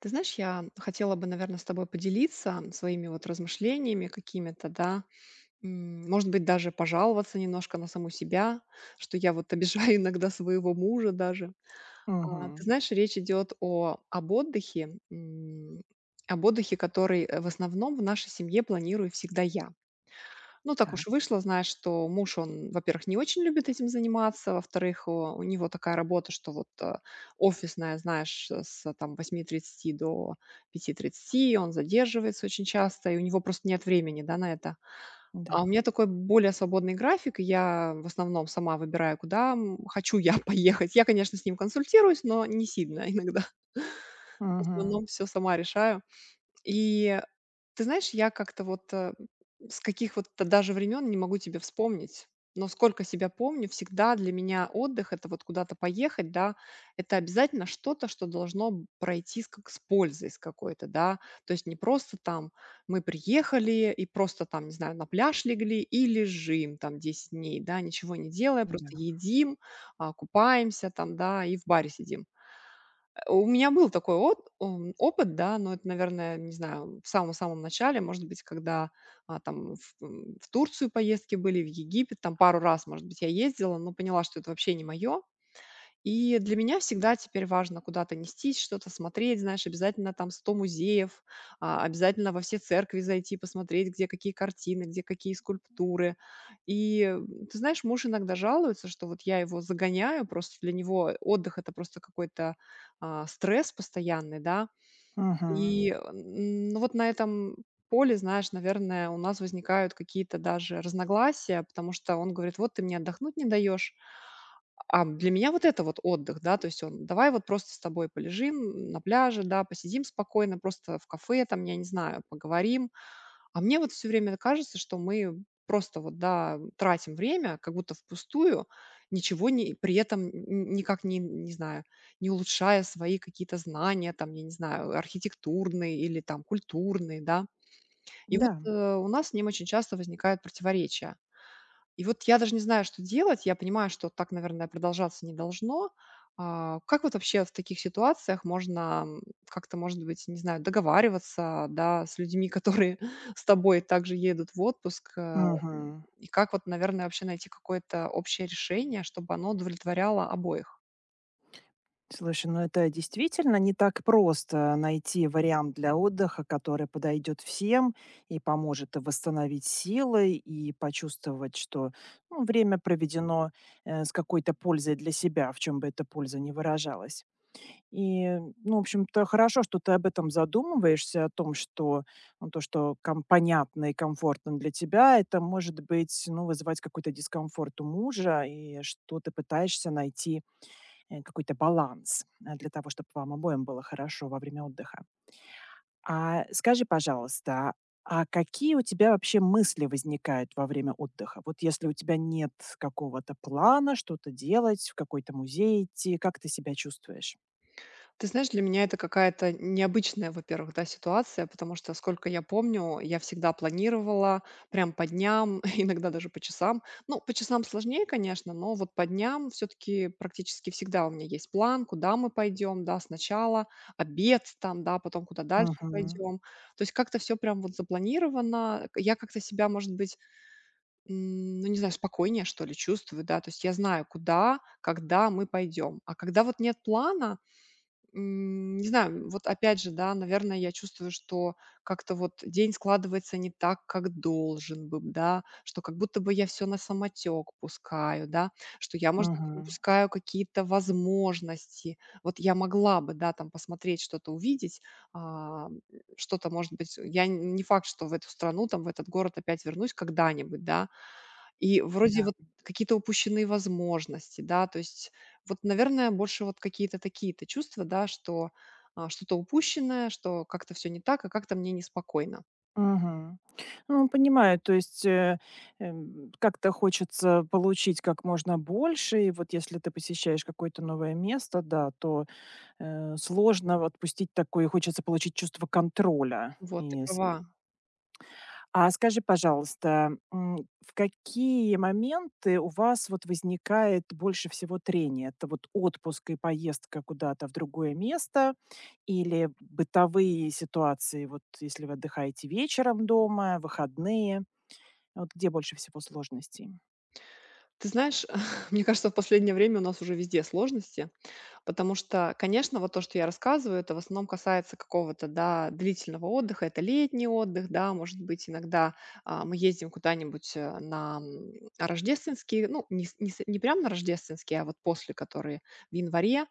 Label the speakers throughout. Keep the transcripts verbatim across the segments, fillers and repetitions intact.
Speaker 1: Ты знаешь, я хотела бы, наверное, с тобой поделиться своими вот размышлениями какими-то, да. М, Может быть, даже пожаловаться немножко на саму себя, что я вот обижаю иногда своего мужа даже. А, Ты
Speaker 2: Мгм.
Speaker 1: знаешь, речь идет о, об отдыхе, м, об отдыхе, который э, в основном в нашей семье планирую всегда я. Ну, так
Speaker 2: Так,
Speaker 1: уж вышло, знаешь, что муж, он, во-первых, не очень любит этим заниматься, во-вторых, о, у него такая работа, что вот э, офисная, знаешь, э, с э, там восьми тридцати до пяти тридцати, он задерживается очень часто, и у него просто нет времени, да, на это.
Speaker 2: да.
Speaker 1: А у меня такой более свободный график, и я в основном сама выбираю, куда м, хочу я поехать. Я, конечно, с ним консультируюсь, но не сильно иногда. В
Speaker 2: Мгм.
Speaker 1: основном все сама решаю. И ты знаешь, я как-то вот, э, с каких вот даже времен не могу тебе вспомнить, но сколько себя помню, всегда для меня отдых — это вот куда-то поехать, да, это обязательно что-то, что должно б пройти с как с пользой с какой-то, да. То есть не просто там мы приехали и просто там, не знаю, на пляж легли и лежим там десять дней, да, ничего не делая, просто
Speaker 2: Да.
Speaker 1: едим, а, купаемся там, да, и в баре сидим. Э, у меня был такой от ом, опыт, да, но это, наверное, не знаю, в самом-самом начале, может быть, когда, а, там в м, в Турцию поездки были, в Египет, там пару раз, может быть, я ездила, но поняла, что это вообще не мое. И для меня всегда теперь важно куда-то нестись, что-то смотреть, знаешь, обязательно там сто музеев, а, обязательно во все церкви зайти, посмотреть, где какие картины, где какие скульптуры. И, м, ты знаешь, муж иногда жалуется, что вот я его загоняю, просто для него отдых — это просто какой-то, а, стресс постоянный, да.
Speaker 2: Мгм.
Speaker 1: И, м, ну, вот на этом поле, знаешь, наверное, у нас возникают какие-то даже разногласия, потому что он говорит: "Вот ты мне отдохнуть не даешь". А для меня вот это вот отдых, да, то есть он: "Давай вот просто с тобой полежим на пляже, да, посидим спокойно, просто в кафе там, я не знаю, поговорим". А мне вот все время кажется, что мы просто вот, да, тратим время как будто впустую, ничего не при этом н никак не, не знаю, не улучшая свои какие-то знания, там, я не знаю, архитектурные или там культурные, да. И вот,
Speaker 2: Да.
Speaker 1: э, у нас с ним очень часто возникают противоречия. И вот я даже не знаю, что делать. Я понимаю, что так, наверное, продолжаться не должно. А, как вот вообще в таких ситуациях можно, м, как-то, может быть, не знаю, договариваться, да, с людьми, которые с тобой также едут в отпуск? э,
Speaker 2: Мгм.
Speaker 1: И как вот, наверное, вообще найти какое-то общее решение, чтобы оно удовлетворяло обоих?
Speaker 2: Слушай, ну это действительно не так просто найти вариант для отдыха, который подойдет всем и поможет и восстановить силы, и почувствовать, что, ну, время проведено, э, с какой-то пользой для себя, в чем бы эта польза не выражалась. И, ну, в общем-то, хорошо, что ты об этом задумываешься, о том, что ну, то, что ком понятно и комфортно для тебя, это может быть, ну, вызывать какой-то дискомфорт у мужа, и что ты пытаешься найти, э, какой-то баланс, э, для того, чтобы вам обоим было хорошо во время отдыха. А скажи, пожалуйста, а какие у тебя вообще мысли возникают во время отдыха? Вот если у тебя нет какого-то плана что-то делать, в какой-то музей идти, как ты себя чувствуешь?
Speaker 1: Ты знаешь, для меня это какая-то необычная, во-первых, да, ситуация, потому что, сколько я помню, я всегда планировала прям по дням, иногда даже по часам. Ну, по часам сложнее, конечно, но вот по дням все-таки практически всегда у меня есть план, куда мы пойдем, да, сначала обед там, да, потом куда дальше
Speaker 2: Мгм.
Speaker 1: пойдем. То есть как-то все прям вот запланировано. К- Я как-то себя, может быть, м, ну, не знаю, спокойнее, что ли, чувствую, да, то есть я знаю, куда, когда мы пойдем. А когда вот нет плана, М, не знаю, вот опять же, да, наверное, я чувствую, что как-то вот день складывается не так, как должен бы, да, что как будто бы я все на самотек пускаю, да, что я, может быть,
Speaker 2: Мгм.
Speaker 1: упускаю какие-то возможности. Вот я могла бы, да, там посмотреть что-то, увидеть, а, что-то, может быть, я н- не факт, что в эту страну, там, в этот город опять вернусь когда-нибудь, да, и вроде
Speaker 2: Да.
Speaker 1: вот какие-то упущенные возможности, да, то есть вот, наверное, больше вот какие-то такие-то чувства, да, что, а, что-то упущенное, что как-то все не так, а как-то мне неспокойно.
Speaker 2: Мгм. Ну, понимаю, то есть, э, эм, как-то хочется получить как можно больше. И вот если ты посещаешь какое-то новое место, да, то, э, сложно вот отпустить такое, и хочется получить чувство контроля.
Speaker 1: Вот, ты
Speaker 2: И с
Speaker 1: права.
Speaker 2: А скажи, пожалуйста, м, в какие моменты у вас вот возникает больше всего трения? Это вот отпуск и поездка куда-то в другое место или бытовые ситуации, вот если вы отдыхаете вечером дома, выходные? Вот где больше всего сложностей?
Speaker 1: Ты знаешь, мне кажется, в последнее время у нас уже везде сложности. Потому что, конечно, вот то, что я рассказываю, это в основном касается какого-то, да, длительного отдыха. Это летний отдых, да, может быть, иногда а, мы ездим куда-нибудь э, на м, рождественские, ну, не, с- не, с- не прям на рождественские, а вот после, которые в январе,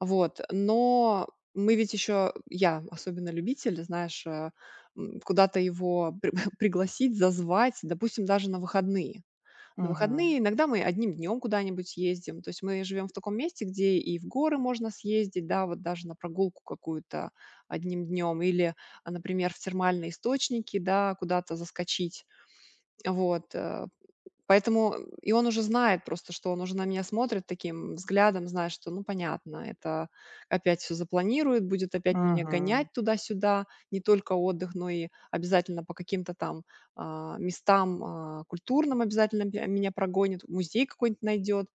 Speaker 1: вот. Но мы ведь еще, я особенно любитель, знаешь, э, м, куда-то его при- пригласить, зазвать, допустим, даже на выходные. На
Speaker 2: Мгм.
Speaker 1: выходные иногда мы одним днем куда-нибудь ездим. То есть мы живем в таком месте, где и в горы можно съездить, да, вот даже на прогулку какую-то одним днем, или, а, например, в термальные источники, да, куда-то заскочить. Вот. э, Поэтому, и он уже знает просто, что он уже на меня смотрит таким взглядом, знает, что, ну, понятно, это опять все запланирует, будет опять меня
Speaker 2: Мгм.
Speaker 1: гонять туда-сюда, не только отдых, но и обязательно по каким-то там, а, местам, а, культурным обязательно бя меня прогонит, музей какой-нибудь найдет.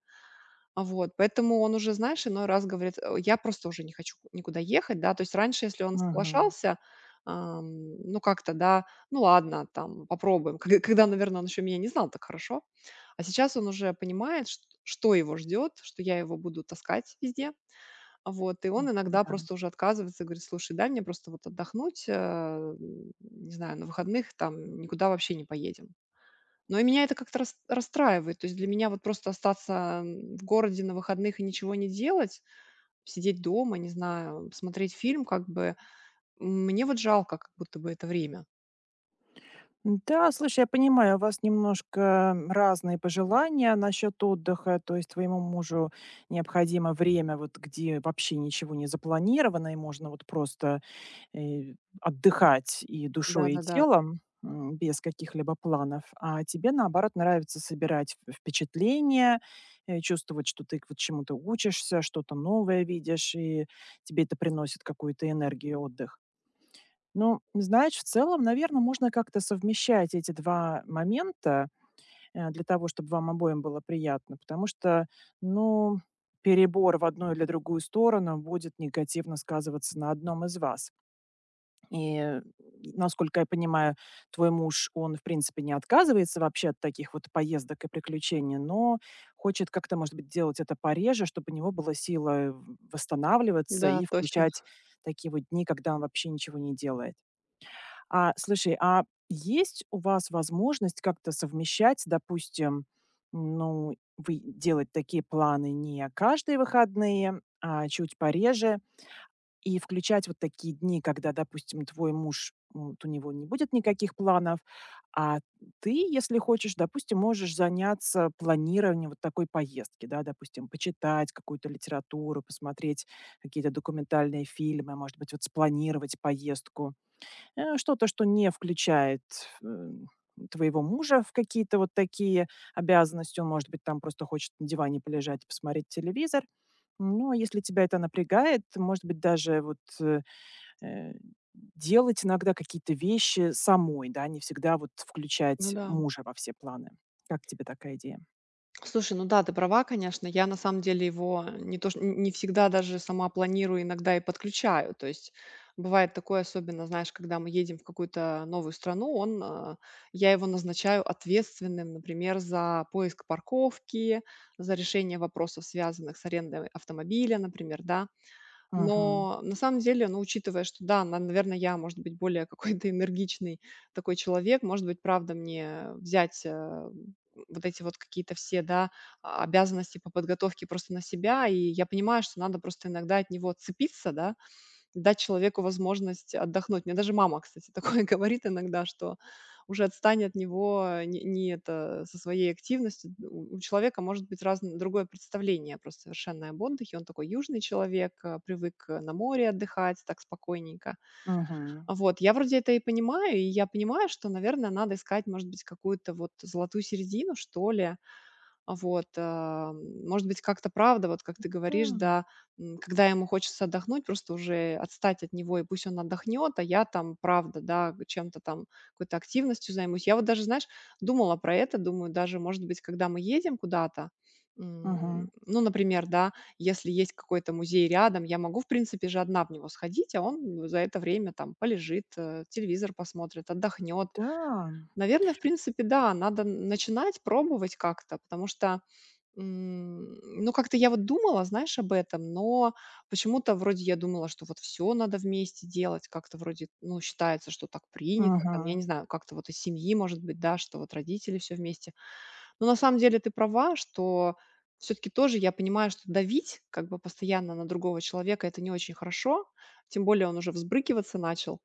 Speaker 1: А вот, поэтому он уже, знаешь, иной раз говорит: "Э, Я просто уже не хочу никуда ехать", да. То есть раньше, если он
Speaker 2: Мгм.
Speaker 1: соглашался, ам, ну, как-то, да, ну, ладно, там, попробуем, ког когда, наверное, он еще меня не знал так хорошо. А сейчас он уже понимает, чт что его ждет, что я его буду таскать везде. а Вот, и он иногда
Speaker 2: Да.
Speaker 1: просто уже отказывается, говорит: "Слушай, дай мне просто вот отдохнуть, э, м, не знаю, на выходных там никуда вообще не поедем". Но и меня это как-то рас расстраивает. То есть для меня вот просто остаться, м, в городе на выходных и ничего не делать, сидеть дома, не знаю, смотреть фильм, как бы, м, мне вот жалко как будто бы это время.
Speaker 2: Да, слушай, я понимаю, у вас немножко разные пожелания насчет отдыха. То есть твоему мужу необходимо время, вот где вообще ничего не запланировано, и можно вот просто э, отдыхать и душой, и
Speaker 1: Да-да-да. Да, да.
Speaker 2: телом м, без каких-либо планов. А тебе, наоборот, нравится собирать в- впечатления, э, чувствовать, что ты вот чему-то учишься, что-то новое видишь, и тебе это приносит какую-то энергию отдых. Ну, знаешь, в целом, наверное, можно как-то совмещать эти два момента, э, для того, чтобы вам обоим было приятно, потому что, ну, перебор в одну или другую сторону будет негативно сказываться на одном из вас. И, э, насколько я понимаю, твой муж, он, в принципе, не отказывается вообще от таких вот поездок и приключений, но хочет как-то, может быть, делать это пореже, чтобы у него была сила в восстанавливаться
Speaker 1: Да,
Speaker 2: и
Speaker 1: точно.
Speaker 2: включать такие вот дни, когда он вообще ничего не делает. А, слушай, а есть у вас возможность как-то совмещать, допустим, ну, вы делать такие планы не каждые выходные, а чуть пореже, и включать вот такие дни, когда, допустим, твой муж, м, вот у него не будет никаких планов, а ты, если хочешь, допустим, можешь заняться планированием вот такой поездки, да, допустим, почитать какую-то литературу, посмотреть какие-то документальные фильмы, может быть, вот спланировать поездку Э, что-то, что не включает, м, твоего мужа в какие-то вот такие обязанности. Он, может быть, там просто хочет на диване полежать и посмотреть телевизор. Но если тебя это напрягает, может быть, даже вот, э, э, делать иногда какие-то вещи самой, да, не всегда вот
Speaker 1: Ну
Speaker 2: включать
Speaker 1: да.
Speaker 2: мужа во все планы. Как тебе такая идея?
Speaker 1: Слушай, ну да, ты права, конечно. Я на самом деле его не то, что не всегда даже сама планирую, иногда и подключаю. То есть бывает такое, особенно, знаешь, когда мы едем в какую-то новую страну, он, а, я его назначаю ответственным, например, за поиск парковки, за решение вопросов, связанных с арендой автомобиля, например, да.
Speaker 2: Мгм.
Speaker 1: Но на самом деле, ну, учитывая, что да, наверное, я, может быть, более какой-то энергичный такой человек, может быть, правда, мне взять, э, вот эти вот какие-то все, да, а, обязанности по подготовке просто на себя. И я понимаю, что надо просто иногда от него отцепиться, да, дать человеку возможность отдохнуть. Мне даже мама, кстати, такое говорит иногда, что уже отстань от него, э, не, не это, со своей активностью. У, у человека может быть разное, другое представление просто совершенно об отдыхе. Он такой южный человек, э, привык э, на море отдыхать так спокойненько.
Speaker 2: Мгм.
Speaker 1: А Вот, я вроде это и понимаю, и я понимаю, что, наверное, надо искать, может быть, какую-то вот золотую середину, что ли, вот, а, м, может быть, как-то правда, вот как ты говоришь,
Speaker 2: Да.
Speaker 1: да, м, когда ему хочется отдохнуть, просто уже отстать от него, и пусть он отдохнет, а я там, правда, да, чем-то там, какой-то активностью займусь. Я вот даже, знаешь, думала про это, думаю, даже, может быть, когда мы едем куда-то, м,
Speaker 2: Мгм.
Speaker 1: ну, например, да, если есть какой-то музей рядом, я могу, в принципе, же одна в него сходить, а он за это время там полежит, э, телевизор посмотрит, отдохнет.
Speaker 2: Да.
Speaker 1: Наверное, в принципе, да, надо начинать пробовать как-то, потому что М, ну, как-то я вот думала, знаешь, об этом, но почему-то вроде я думала, что вот все надо вместе делать, как-то вроде, ну, считается, что так принято, там, я не
Speaker 2: Мгм.
Speaker 1: знаю, как-то вот из семьи, может быть, да, что вот родители все вместе. Но на самом деле ты права, что все таки тоже я понимаю, что давить как бы постоянно на другого человека — это не очень хорошо, тем более он уже взбрыкиваться начал.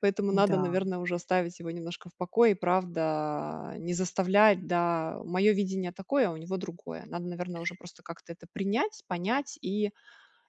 Speaker 1: Поэтому надо,
Speaker 2: Да.
Speaker 1: наверное, уже оставить его немножко в покое и, правда, не заставлять, да. Мое видение такое, а у него другое. Надо, наверное, уже просто как-то это принять, понять и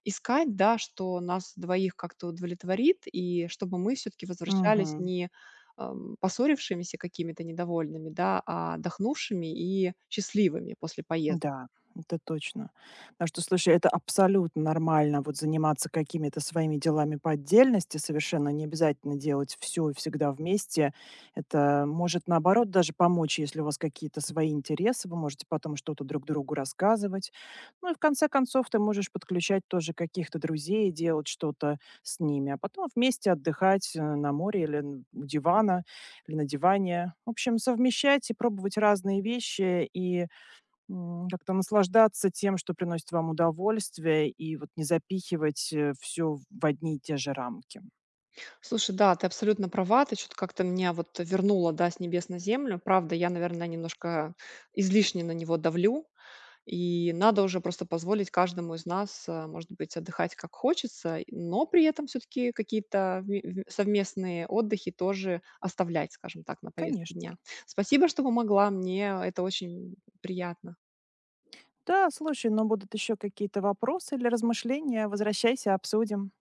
Speaker 1: искать, да, что нас двоих как-то удовлетворит, и чтобы мы все-таки возвращались
Speaker 2: Мгм.
Speaker 1: не ам, поссорившимися какими-то недовольными, да, а отдохнувшими и счастливыми после поездки.
Speaker 2: Да, это точно. Потому что, слушай, это абсолютно нормально вот заниматься какими-то своими делами по отдельности, совершенно не обязательно делать все и всегда вместе. Это может, наоборот, даже помочь, если у вас какие-то свои интересы, вы можете потом что-то друг другу рассказывать. Ну и в конце концов ты можешь подключать тоже каких-то друзей и делать что-то с ними, а потом вместе отдыхать э, на море или н- у дивана, или на диване. В общем, совмещать и пробовать разные вещи, и М, как-то наслаждаться тем, что приносит вам удовольствие, и вот не запихивать, все в одни и те же рамки.
Speaker 1: Слушай, да, ты абсолютно права, ты что-то как-то меня вот вернула, да, с небес на землю. Правда, я, наверное, немножко излишне на него давлю, и надо уже просто позволить каждому из нас, э, может быть, отдыхать как хочется, и- но при этом все-таки какие-то вме- вме- совместные отдыхи тоже оставлять, скажем так, на повестке
Speaker 2: Конечно.
Speaker 1: дня. Спасибо, что помогла. Мне это очень приятно.
Speaker 2: Да, слушай, но будут еще какие-то вопросы или размышления, возвращайся, обсудим.